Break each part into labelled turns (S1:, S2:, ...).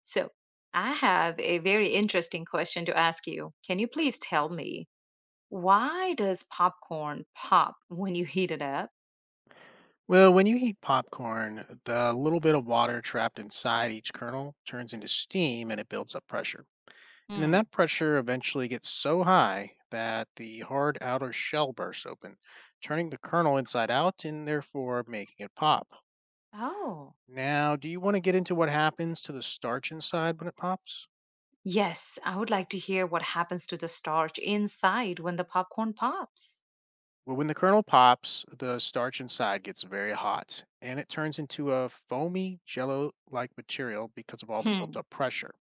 S1: So, I have a very interesting question to ask you. Can you please tell me why does popcorn pop when you heat it up?
S2: Well, when you heat popcorn, the little bit of water trapped inside each kernel turns into steam and it builds up pressure. And then
S1: Hmm.
S2: that pressure eventually gets so high that the hard outer shell bursts open, turning the kernel inside out and therefore making it pop.
S1: Oh,
S2: Now, do you want to get into what happens to the starch inside when it pops?
S1: yes, I would like to hear what happens to the starch inside when the popcorn pops.
S2: Well, when the kernel pops, the starch inside gets very hot and it turns into a foamy, jello like material because of all the built
S1: Hmm.
S2: up pressure.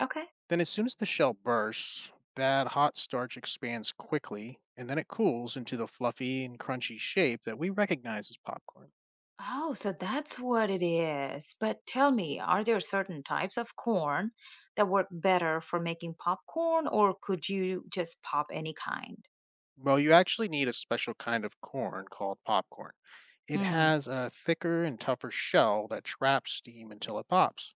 S1: Okay.
S2: Then, as soon as the shell bursts, that hot starch expands quickly and then it cools into the fluffy and crunchy shape that we recognize as popcorn.
S1: Oh, so that's what it is. But tell me, are there certain types of corn that work better for making popcorn, or could you just pop any kind?
S2: Well, you actually need a special kind of corn called popcorn. It
S1: Hmm.
S2: has a thicker and tougher shell that traps steam until it pops.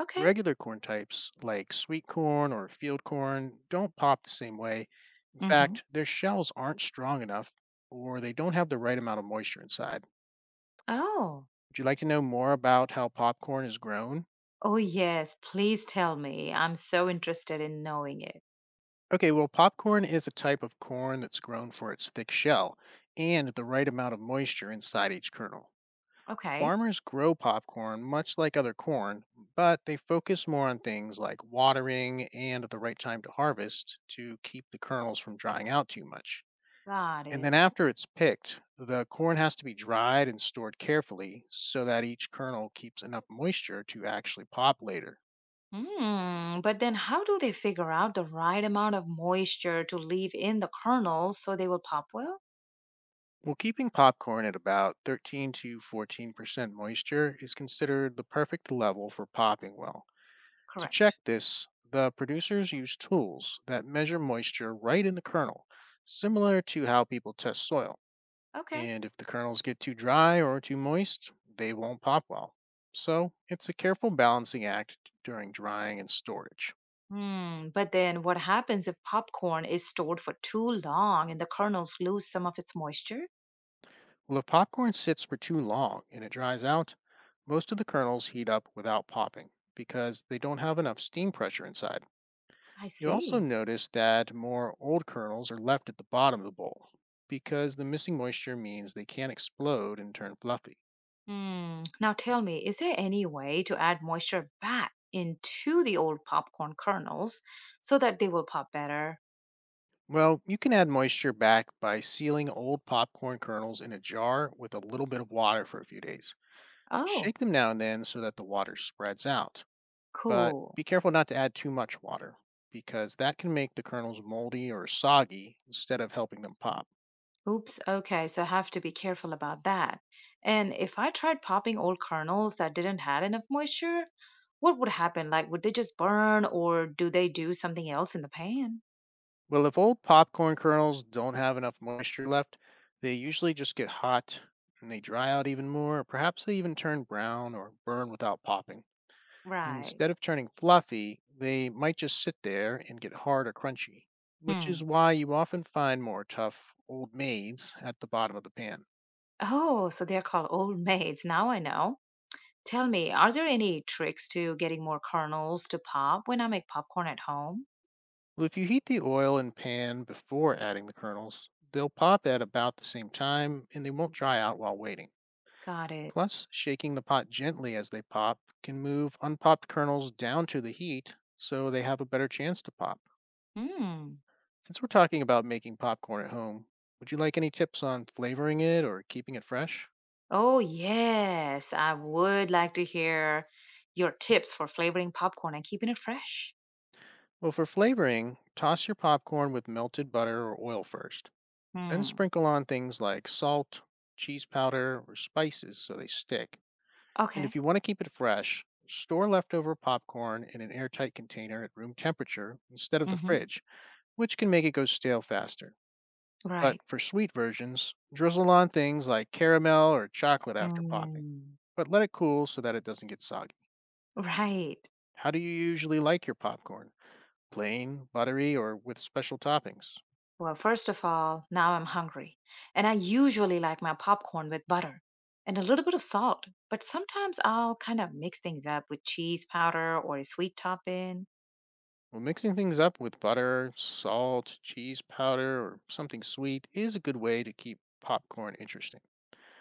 S1: Okay.
S2: Regular corn types, like sweet corn or field corn, don't pop the same way. In
S1: Mm-hmm.
S2: fact, their shells aren't strong enough or they don't have the right amount of moisture inside.
S1: Oh,
S2: Would you like to know more about how popcorn is grown?
S1: Oh, yes. Please tell me. I'm so interested in knowing it.
S2: Okay, well, popcorn is a type of corn that's grown for its thick shell and the right amount of moisture inside each kernel.
S1: Okay,
S2: Farmers grow popcorn much like other corn, but they focus more on things like watering and the right time to harvest to keep the kernels from drying out too much.
S1: got
S2: And
S1: it.
S2: then after it's picked, the corn has to be dried and stored carefully so that each kernel keeps enough moisture to actually pop later.
S1: Hmm. But then, how do they figure out the right amount of moisture to leave in the kernels so they will pop well?
S2: Well, keeping popcorn at about 13 to 14% moisture is considered the perfect level for popping well. To
S1: Correct.
S2: check this, the producers use tools that measure moisture right in the kernel, similar to how people test soil.
S1: Okay.
S2: And if the kernels get too dry or too moist, they won't pop well. So it's a careful balancing act during drying and storage.
S1: Hmm. But then, what happens if popcorn is stored for too long and the kernels lose some of its moisture?
S2: Well, if popcorn sits for too long and it dries out, most of the kernels heat up without popping because they don't have enough steam pressure inside.
S1: I
S2: You also
S1: see.
S2: notice that more old kernels are left at the bottom of the bowl because the missing moisture means they can't explode and turn fluffy.
S1: Hmm. Now, tell me, is there any way to add moisture back into the old popcorn kernels so that they will pop better?
S2: Well, you can add moisture back by sealing old popcorn kernels in a jar with a little bit of water for a few days.
S1: Oh,
S2: Shake them now and then so that the water spreads out, but
S1: cool.
S2: be careful not to add too much water because that can make the kernels moldy or soggy instead of helping them pop.
S1: Oops. Okay, so I have to be careful about that. And if I tried popping old kernels that didn't had enough moisture, what would happen? Like, would they just burn or do they do something else in the pan?
S2: Well, if old popcorn kernels don't have enough moisture left, they usually just get hot and they dry out even more, or perhaps they even turn brown or burn without popping.
S1: Right.
S2: Instead of turning fluffy, they might just sit there and get hard or crunchy, which
S1: Hmm.
S2: is why you often find more tough old maids at the bottom of the pan.
S1: Oh, so they're called old maids. Now I know. Tell me, are there any tricks to getting more kernels to pop when I make popcorn at home?
S2: Well, if you heat the oil and pan before adding the kernels, they'll pop at about the same time and they won't dry out while waiting.
S1: Got it.
S2: Plus, shaking the pot gently as they pop can move unpopped kernels down to the heat so they have a better chance to pop.
S1: Hmm.
S2: Since we're talking about making popcorn at home, would you like any tips on flavoring it or keeping it fresh?
S1: Oh, yes. I would like to hear your tips for flavoring popcorn and keeping it fresh.
S2: Well, for flavoring, toss your popcorn with melted butter or oil first, then
S1: Hmm.
S2: sprinkle on things like salt, cheese powder, or spices so they stick. And if
S1: Okay.
S2: you want to keep it fresh, store leftover popcorn in an airtight container at room temperature instead of the
S1: Mm-hmm.
S2: fridge, which can make it go stale faster. But
S1: Right.
S2: for sweet versions, drizzle on things like caramel or chocolate after popping.
S1: Mm.
S2: But let it cool so that it doesn't get soggy.
S1: Right.
S2: How do you usually like your popcorn? Plain, buttery, or with special toppings?
S1: Well, first of all, now I'm hungry. And I usually like my popcorn with butter and a little bit of salt. But sometimes I'll kind of mix things up with cheese powder or a sweet topping.
S2: Well, mixing things up with butter, salt, cheese powder, or something sweet is a good way to keep popcorn interesting.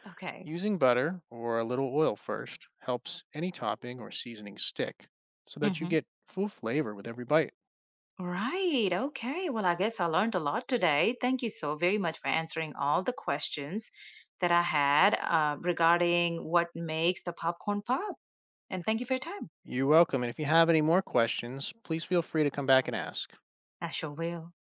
S1: Okay.
S2: Using butter or a little oil first helps any topping or seasoning stick so that you
S1: Mm-hmm.
S2: get full flavor with every bite.
S1: Right. Okay. Well, I guess I learned a lot today. Thank you so very much for answering all the questions that I had regarding what makes the popcorn pop. And thank you for your time.
S2: You're welcome. And if you have any more questions, please feel free to come back and ask.
S1: I sure will.